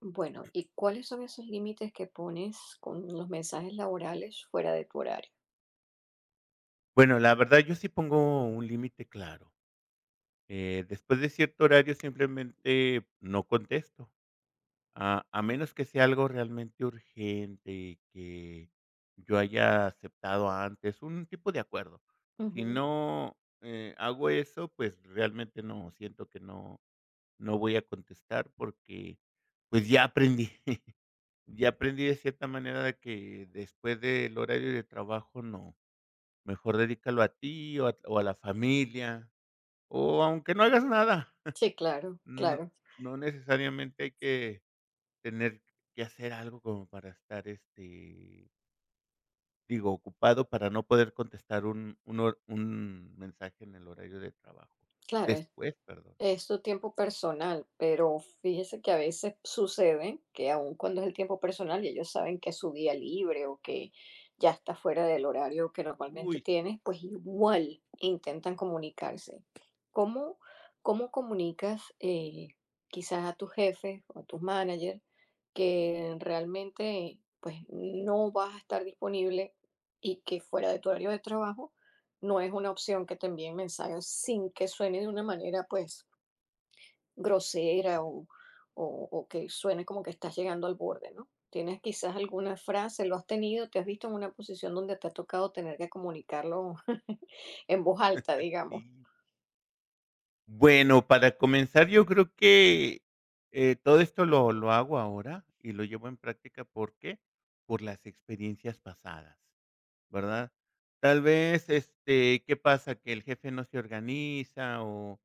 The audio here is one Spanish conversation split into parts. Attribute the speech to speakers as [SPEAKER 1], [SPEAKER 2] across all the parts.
[SPEAKER 1] Bueno, ¿y cuáles son esos límites que pones con los mensajes laborales fuera de tu horario?
[SPEAKER 2] Bueno, la verdad, yo sí pongo un límite claro. Después de cierto horario, simplemente no contesto, a menos que sea algo realmente urgente, que yo haya aceptado antes, un tipo de acuerdo. Si
[SPEAKER 1] Ujú.
[SPEAKER 2] no, hago eso, pues, realmente no, siento que no voy a contestar porque, pues, ya aprendí, ya aprendí de cierta manera de que después del horario de trabajo no, mejor dedícalo a ti o a la familia. O aunque no hagas nada,
[SPEAKER 1] Sí, claro,
[SPEAKER 2] no
[SPEAKER 1] claro,
[SPEAKER 2] no necesariamente hay que tener que hacer algo como para estar, este, digo, ocupado para no poder contestar un mensaje en el horario de trabajo.
[SPEAKER 1] claro.
[SPEAKER 2] Después, perdón.
[SPEAKER 1] Es tu tiempo personal, pero fíjese que a veces sucede que aun cuando es el tiempo personal y ellos saben que es su día libre o que ya está fuera del horario que normalmente
[SPEAKER 2] Uy, sí.
[SPEAKER 1] tienes, pues igual intentan comunicarse. ¿Cómo, cómo comunicas quizás a tus jefes o a tus managers que realmente pues no vas a estar disponible y que fuera de tu horario de trabajo no es una opción que te envíen mensajes sin que suene de una manera pues
[SPEAKER 2] A
[SPEAKER 1] grosera
[SPEAKER 2] ver.
[SPEAKER 1] o, o que suene como que estás llegando al borde, ¿no? Tienes quizás alguna frase, lo has tenido, te has visto en una posición donde te ha tocado tener que comunicarlo en voz alta, digamos.
[SPEAKER 2] Sí. Bueno, para comenzar, yo creo que, todo esto lo hago ahora y lo llevo en práctica, ¿por qué? Por las experiencias pasadas. ¿Verdad? Tal vez, este, ¿qué pasa? Que el jefe no se organiza, o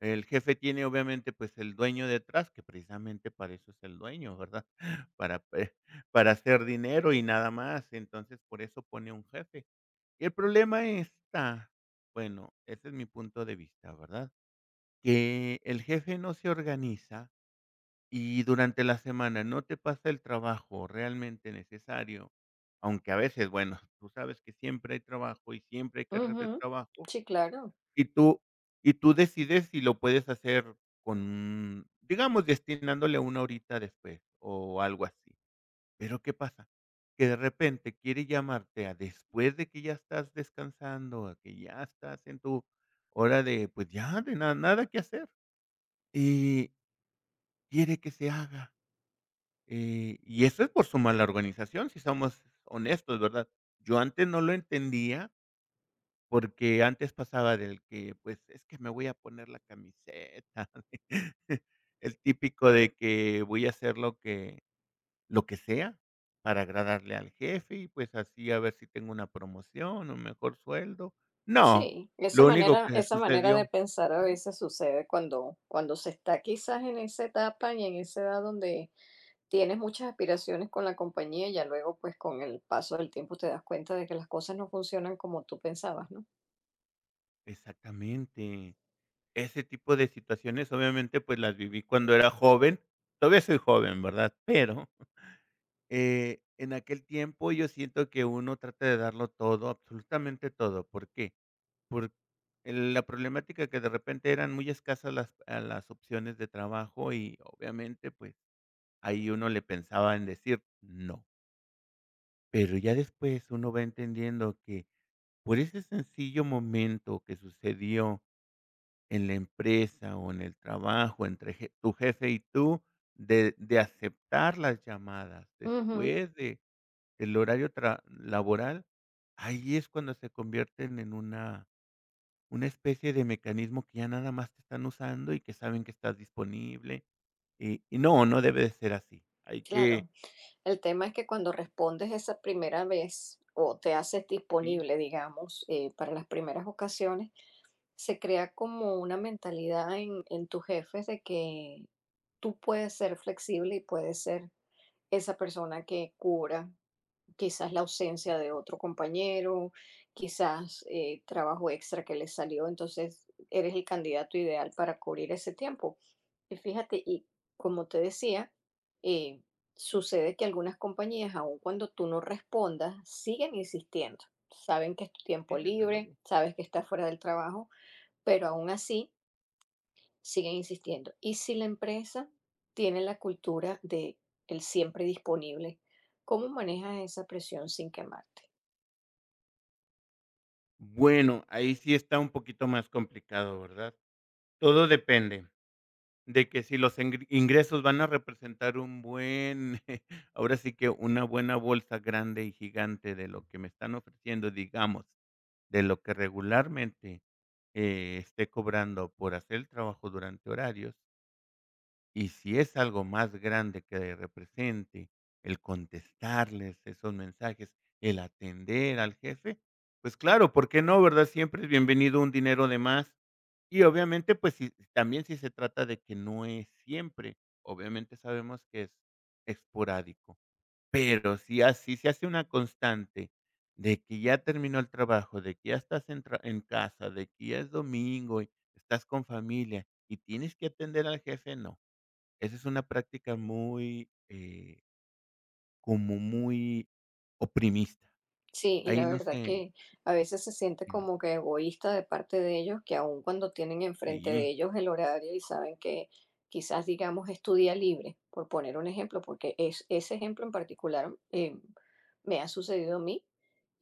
[SPEAKER 2] el jefe tiene, obviamente, pues, el dueño detrás, que precisamente para eso es el dueño, ¿verdad? Para pe para hacer dinero y nada más. Entonces, por eso pone un jefe. El problema está, bueno, ese es mi punto de vista, ¿verdad? Que el jefe no se organiza y durante la semana no te pasa el trabajo realmente necesario, aunque a veces, bueno, tú sabes que siempre hay trabajo y siempre hay cargas de
[SPEAKER 1] Ujú.
[SPEAKER 2] trabajo,
[SPEAKER 1] Sí, claro.
[SPEAKER 2] y tú y tú decides si lo puedes hacer con, digamos, destinándole una horita después o algo así. Pero, ¿qué pasa? Que de repente quiere llamarte a después de que ya estás descansando, a que ya estás en tu hora de, pues, ya de nada que hacer, y quiere que se haga. Y eso es por su mala organización, si somos honestos, ¿verdad? Yo antes no lo entendía, porque antes pasaba del que, pues, es que me voy a poner la camiseta, el típico de que voy a hacer lo que sea para agradarle al jefe y, pues, así a ver si tengo una promoción, un mejor sueldo. No,
[SPEAKER 1] Sí,
[SPEAKER 2] lo único que
[SPEAKER 1] esa manera de
[SPEAKER 2] sucedió.
[SPEAKER 1] pensar a
[SPEAKER 2] Ujú.
[SPEAKER 1] veces sucede cuando, cuando se está quizás en esa etapa y en esa edad donde tienes muchas aspiraciones con la compañía y ya luego pues con el paso del tiempo te das cuenta de que las cosas no funcionan como tú pensabas, ¿no?
[SPEAKER 2] Exactamente. Ese tipo de situaciones, obviamente, pues, las viví cuando era joven. Todavía soy joven, ¿verdad? Pero, en aquel tiempo yo siento que uno trata de darlo todo, absolutamente todo, ¿por qué? Por la problemática que de repente eran muy escasas las opciones de trabajo y obviamente, pues, ahí uno le pensaba en decir no. Pero ya después uno va entendiendo que por ese sencillo momento que sucedió en la empresa o en el trabajo entre je tu jefe y tú, de aceptar las llamadas
[SPEAKER 1] Ujú.
[SPEAKER 2] después de del horario tra laboral, ahí es cuando se convierten en una. Una especie de mecanismo que ya nada más te están usando y que saben que estás disponible, y no, no debe de ser así. Hay que
[SPEAKER 1] Claro. El tema es que cuando respondes esa primera vez o te haces
[SPEAKER 2] sí,
[SPEAKER 1] disponible, digamos, para las primeras ocasiones, se crea como una mentalidad en tus jefes de que tú puedes ser flexible y puedes ser esa persona que cubra quizás la ausencia de otro compañero, quizás trabajo extra que le salió, entonces eres el candidato ideal para cubrir ese tiempo. Y fíjate, y como te decía, eh, sucede que algunas compañías, aun cuando tú no respondas, siguen insistiendo. Saben que es tu tiempo
[SPEAKER 2] sí, desde
[SPEAKER 1] libre,
[SPEAKER 2] luego.
[SPEAKER 1] sabes que estás fuera del trabajo, pero aún así siguen insistiendo. Y si la empresa tiene la cultura de el siempre disponible, ¿cómo manejas esa presión sin quemarte?
[SPEAKER 2] Bueno, ahí sí está un poquito más complicado, ¿verdad? Todo depende de que si los engri ingresos van a representar un buen, ahora sí que una buena bolsa grande y gigante de lo que me están ofreciendo, digamos, de lo que regularmente, esté cobrando por hacer el trabajo durante horarios. Y si es algo más grande que represente el contestarles esos mensajes, el atender al jefe, pues claro, ¿por qué no, verdad? Siempre es bienvenido un dinero de más. Y obviamente, pues si, también si se trata de que no es siempre, obviamente sabemos que es esporádico, pero si así se hace una constante de que ya terminó el trabajo, de que ya estás en, en casa, de que ya es domingo y estás con familia y tienes que atender al jefe, no, esa es una práctica muy, como muy oprimista.
[SPEAKER 1] Sí, y la
[SPEAKER 2] Ahí no
[SPEAKER 1] verdad
[SPEAKER 2] sé
[SPEAKER 1] que a veces se siente
[SPEAKER 2] y no
[SPEAKER 1] como que egoísta de parte de ellos, que aun cuando tienen enfrente de
[SPEAKER 2] sí,
[SPEAKER 1] ellos el horario y saben que quizás, digamos, es tu día libre, por poner un ejemplo, porque es, ese ejemplo en particular me ha sucedido a mí,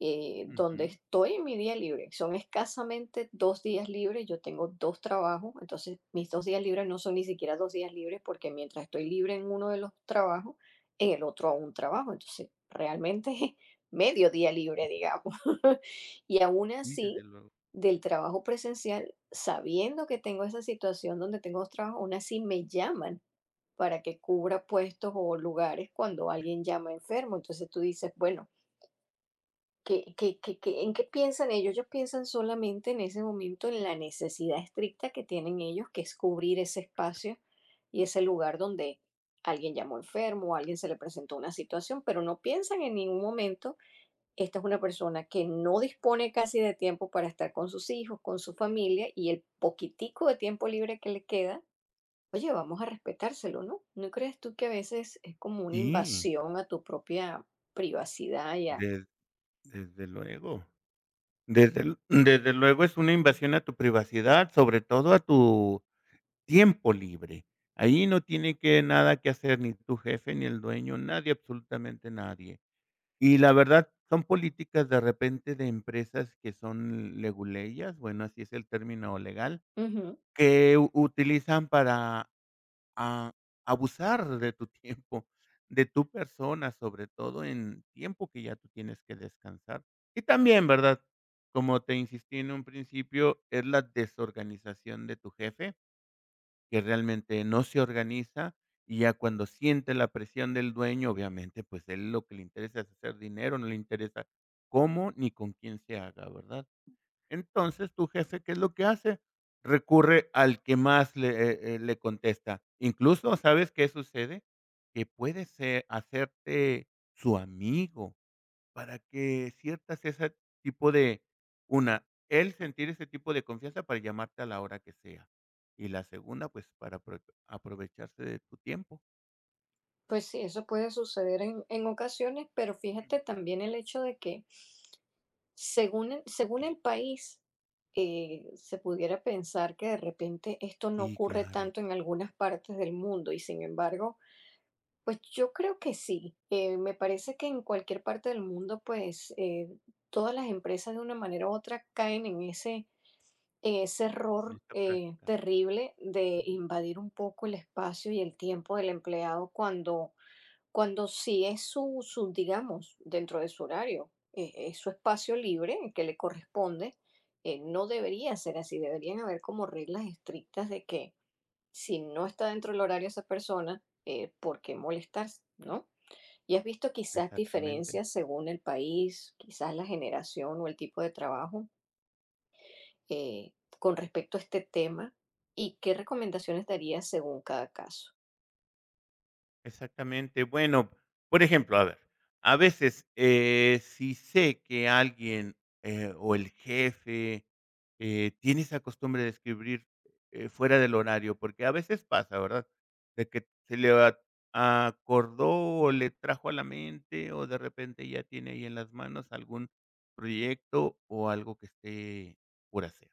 [SPEAKER 1] donde
[SPEAKER 2] ujú,
[SPEAKER 1] estoy en mi día libre. Son escasamente dos días libres, yo tengo dos trabajos, entonces mis dos días libres no son ni siquiera dos días libres porque mientras estoy libre en uno de los trabajos, en el otro aún trabajo. Entonces, realmente medio día libre, digamos. Y aún
[SPEAKER 2] sí, desde
[SPEAKER 1] así,
[SPEAKER 2] luego.
[SPEAKER 1] del trabajo presencial, sabiendo que tengo esa situación donde tengo dos trabajos, aún así me llaman para que cubra puestos o lugares cuando alguien llama enfermo. Entonces tú dices, bueno, ¿qué, qué, en qué piensan ellos? Ellos piensan solamente en ese momento en la necesidad estricta que tienen ellos, que es cubrir ese espacio y ese lugar donde alguien llamó enfermo o alguien se le presentó una situación, pero no piensan en ningún momento esta es una persona que no dispone casi de tiempo para estar con sus hijos, con su familia y el poquitico de tiempo libre que le queda, oye, vamos a respetárselo, ¿no? ¿No crees tú que a veces es como una
[SPEAKER 2] Sí,
[SPEAKER 1] invasión a tu propia privacidad ya?
[SPEAKER 2] des desde luego. Desde luego es una invasión a tu privacidad, sobre todo a tu tiempo libre. Ahí no tiene que nada que hacer ni tu jefe, ni el dueño, nadie, absolutamente nadie. Y la verdad, son políticas de repente de empresas que son leguleyas, bueno, así es el término legal,
[SPEAKER 1] Ujú.
[SPEAKER 2] que u utilizan para a abusar de tu tiempo, de tu persona, sobre todo en tiempo que ya tú tienes que descansar. Y también, ¿verdad? Como te insistí en un principio, es la desorganización de tu jefe, que realmente no se organiza, y ya cuando siente la presión del dueño, obviamente, pues, él lo que le interesa es hacer dinero, no le interesa cómo ni con quién se haga, ¿verdad? Entonces, tu jefe, ¿qué es lo que hace? Recurre al que más le, le contesta. Incluso, ¿sabes qué sucede? Que puede ser hacerte su amigo para que ciertas ese tipo de una, él sentir ese tipo de confianza para llamarte a la hora que sea. Y la segunda, pues, para aprovecharse de tu tiempo.
[SPEAKER 1] Pues sí, eso puede suceder en ocasiones, pero fíjate también el hecho de que según
[SPEAKER 2] Sí,
[SPEAKER 1] el país, se pudiera pensar que de repente esto no
[SPEAKER 2] sí,
[SPEAKER 1] ocurre
[SPEAKER 2] claro,
[SPEAKER 1] tanto en algunas partes del mundo y sin embargo pues yo creo que sí. Me parece que en cualquier parte del mundo, pues todas las empresas de una manera u otra caen en ese
[SPEAKER 2] en
[SPEAKER 1] error
[SPEAKER 2] esta práctica.
[SPEAKER 1] terrible de
[SPEAKER 2] Ujú,
[SPEAKER 1] invadir un poco el espacio y el tiempo del empleado cuando, cuando sí es su, su, digamos, dentro de su horario, es su espacio libre que le corresponde. No debería ser así, deberían haber como reglas estrictas de que si no está dentro del horario esa persona, ¿por qué molestarse? ¿No? ¿Y has visto quizás
[SPEAKER 2] exactamente.
[SPEAKER 1] diferencias según el país, quizás la generación o el tipo de trabajo eh, con respecto a este tema? ¿Y qué recomendaciones darías según cada caso?
[SPEAKER 2] Exactamente. Bueno, por ejemplo, a ver, a veces, si sé que alguien, o el jefe, tiene esa costumbre de escribir, fuera del horario, porque a veces pasa, ¿verdad? De que se le a acordó o le trajo a la mente, o de repente ya tiene ahí en las manos algún proyecto o algo que esté por hacer.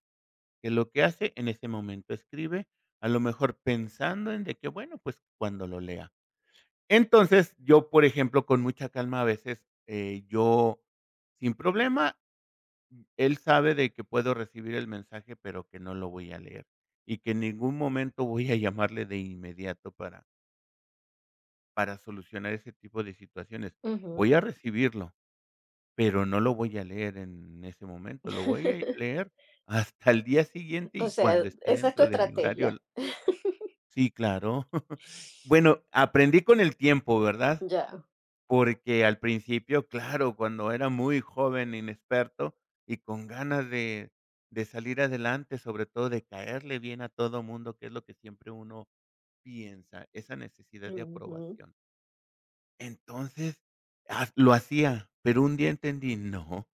[SPEAKER 2] Que lo que hace en ese momento escribe, a lo mejor pensando en de que, bueno, pues cuando lo lea. Entonces, yo, por ejemplo, con mucha calma, a veces, yo, sin problema, él sabe de que puedo recibir el mensaje, pero que no lo voy a leer, y que en ningún momento voy a llamarle de inmediato para solucionar ese tipo de situaciones.
[SPEAKER 1] Ujú.
[SPEAKER 2] Voy a recibirlo, pero no lo voy a leer en ese momento, lo voy a leer hasta el día siguiente
[SPEAKER 1] O
[SPEAKER 2] y
[SPEAKER 1] sea,
[SPEAKER 2] cuando esté
[SPEAKER 1] esa es tu
[SPEAKER 2] dentro de mi horario.
[SPEAKER 1] estrategia.
[SPEAKER 2] Sí, claro. Bueno, aprendí con el tiempo, ¿verdad?
[SPEAKER 1] Ya.
[SPEAKER 2] Porque al principio, claro, cuando era muy joven, inexperto y con ganas de salir adelante, sobre todo de caerle bien a todo mundo, que es lo que siempre uno piensa, esa necesidad de
[SPEAKER 1] Ujú.
[SPEAKER 2] aprobación. Entonces, ha lo hacía, pero un día entendí, no.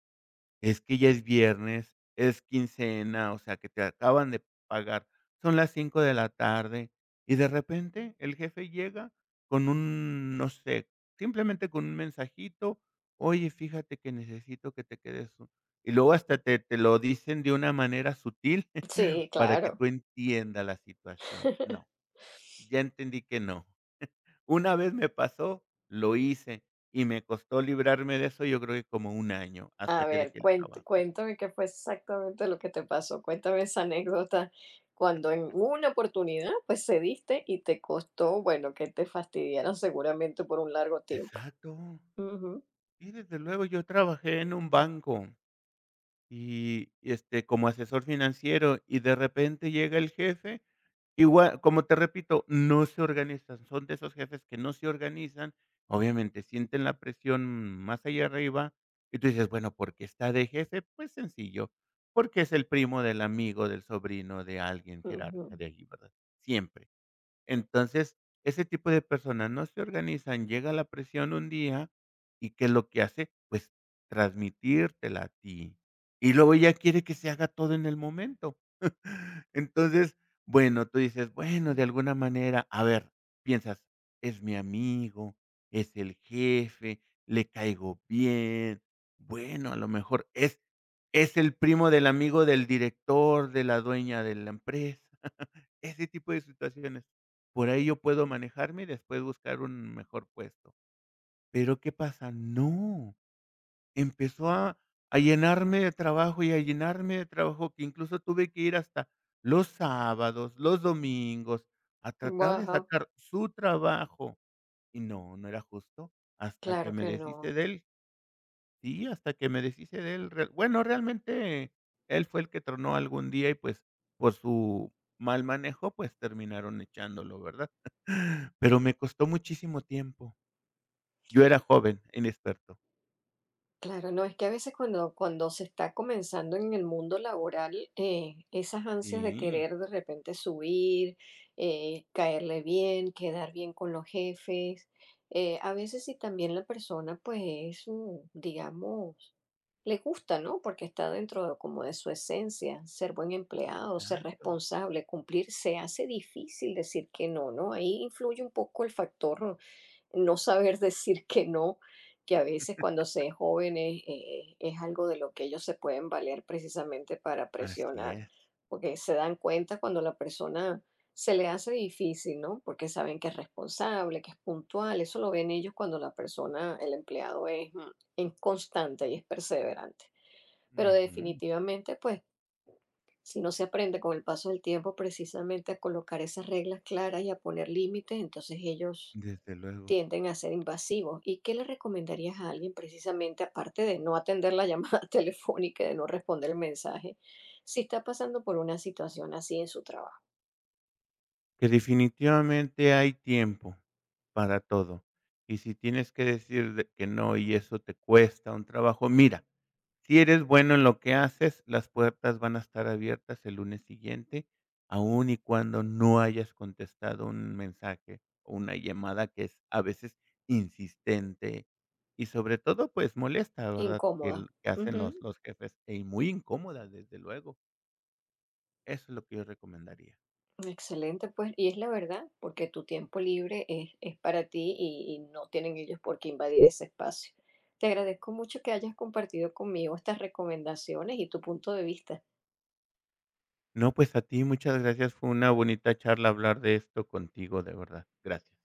[SPEAKER 2] Es que ya es viernes, es quincena, o sea, que te acaban de pagar, son las 5 de la tarde, y de repente el jefe llega con un, no sé, simplemente con un mensajito: "Oye, fíjate que necesito que te quedes un" y luego hasta te lo dicen de una manera sutil
[SPEAKER 1] Sí,
[SPEAKER 2] para que
[SPEAKER 1] claro.
[SPEAKER 2] tú entiendas la situación. No, ya entendí que no. Una vez me pasó, lo hice, y me costó librarme de eso, yo creo que como un año,
[SPEAKER 1] A
[SPEAKER 2] hasta que
[SPEAKER 1] ver,
[SPEAKER 2] dejé el
[SPEAKER 1] cuent
[SPEAKER 2] trabajo.
[SPEAKER 1] cuéntame qué fue exactamente lo que te pasó. Cuéntame esa anécdota cuando en una oportunidad, pues, cediste y te costó, bueno, que te fastidiaran seguramente por un largo tiempo.
[SPEAKER 2] Exacto.
[SPEAKER 1] Ujú,
[SPEAKER 2] Y desde luego, yo trabajé en un banco y, este, como asesor financiero, y de repente llega el jefe, igual, como te repito, no se organizan, son de esos jefes que no se organizan, obviamente sienten la presión más allá arriba, y tú dices, bueno, ¿por qué está de jefe? Pues sencillo, porque es el primo del amigo, del sobrino, de alguien
[SPEAKER 1] ujú.
[SPEAKER 2] jerarca de allí, ¿verdad? Siempre. Entonces, ese tipo de personas no se organizan, llega la presión un día, ¿y qué es lo que hace? Pues, transmitírtela a ti. Y luego ya quiere que se haga todo en el momento. Entonces, bueno, tú dices: "Bueno, de alguna manera", a ver, piensas: "Es mi amigo, es el jefe, le caigo bien, bueno, a lo mejor es el primo del amigo del director, de la dueña de la empresa". Ese tipo de situaciones. Por ahí yo puedo manejarme y después buscar un mejor puesto. Pero, ¿qué pasa? No, empezó a llenarme de trabajo y a llenarme de trabajo, que incluso tuve que ir hasta los sábados, los domingos, a tratar de
[SPEAKER 1] Wow,
[SPEAKER 2] sacar su trabajo. Y no, no era justo hasta que
[SPEAKER 1] claro
[SPEAKER 2] me
[SPEAKER 1] que
[SPEAKER 2] deshice
[SPEAKER 1] no.
[SPEAKER 2] de él. Sí, hasta que me deshice de él. Re Bueno, realmente él fue el que tronó algún día y, pues, por su mal manejo, pues, terminaron echándolo, ¿verdad? Pero me costó muchísimo tiempo. Yo era joven, inexperto.
[SPEAKER 1] Claro, no, es que a veces cuando, cuando se está comenzando en el mundo laboral, esas ansias de
[SPEAKER 2] Sí,
[SPEAKER 1] querer de repente subir, caerle bien, quedar bien con los jefes, a veces si también la persona pues es, digamos, le gusta, ¿no? Porque está dentro de- como de su esencia, ser buen empleado, ser
[SPEAKER 2] exacto.
[SPEAKER 1] responsable, cumplir, se hace difícil decir que no, ¿no? Ahí influye un poco el factor no saber decir que no, que a veces cuando se es jóvenes es algo de lo que ellos se pueden valer precisamente para
[SPEAKER 2] Así
[SPEAKER 1] presionar,
[SPEAKER 2] es.
[SPEAKER 1] porque se dan cuenta cuando la persona se le hace difícil, ¿no? Porque saben que es responsable, que es puntual, eso lo ven ellos cuando la persona, el empleado es, es constante y es perseverante. Pero
[SPEAKER 2] Ujú,
[SPEAKER 1] definitivamente, pues, si no se aprende con el paso del tiempo precisamente a colocar esas reglas claras y a poner límites, entonces ellos
[SPEAKER 2] desde luego.
[SPEAKER 1] tienden a ser invasivos. ¿Y qué le recomendarías a alguien precisamente, aparte de no atender la llamada telefónica y de no responder el mensaje, si está pasando por una situación así en su trabajo,
[SPEAKER 2] Que definitivamente hay tiempo para todo. Y si tienes que decir de que no, y eso te cuesta un trabajo, mira, si eres bueno en lo que haces, las puertas van a estar abiertas el lunes siguiente, aun y cuando no hayas contestado un mensaje o una llamada que es a veces insistente y sobre todo, pues molesta, ¿verdad? Que
[SPEAKER 1] incómoda?
[SPEAKER 2] el que hacen
[SPEAKER 1] Ujú.
[SPEAKER 2] los jefes, y muy incómoda, desde luego. Eso es lo que yo recomendaría.
[SPEAKER 1] Excelente, pues, y es la verdad, porque tu tiempo libre es para ti y no tienen ellos por qué invadir ese espacio. Te agradezco mucho que hayas compartido conmigo estas recomendaciones y tu punto de vista.
[SPEAKER 2] No, pues a ti muchas gracias. Fue una bonita charla hablar de esto contigo, de verdad. Gracias.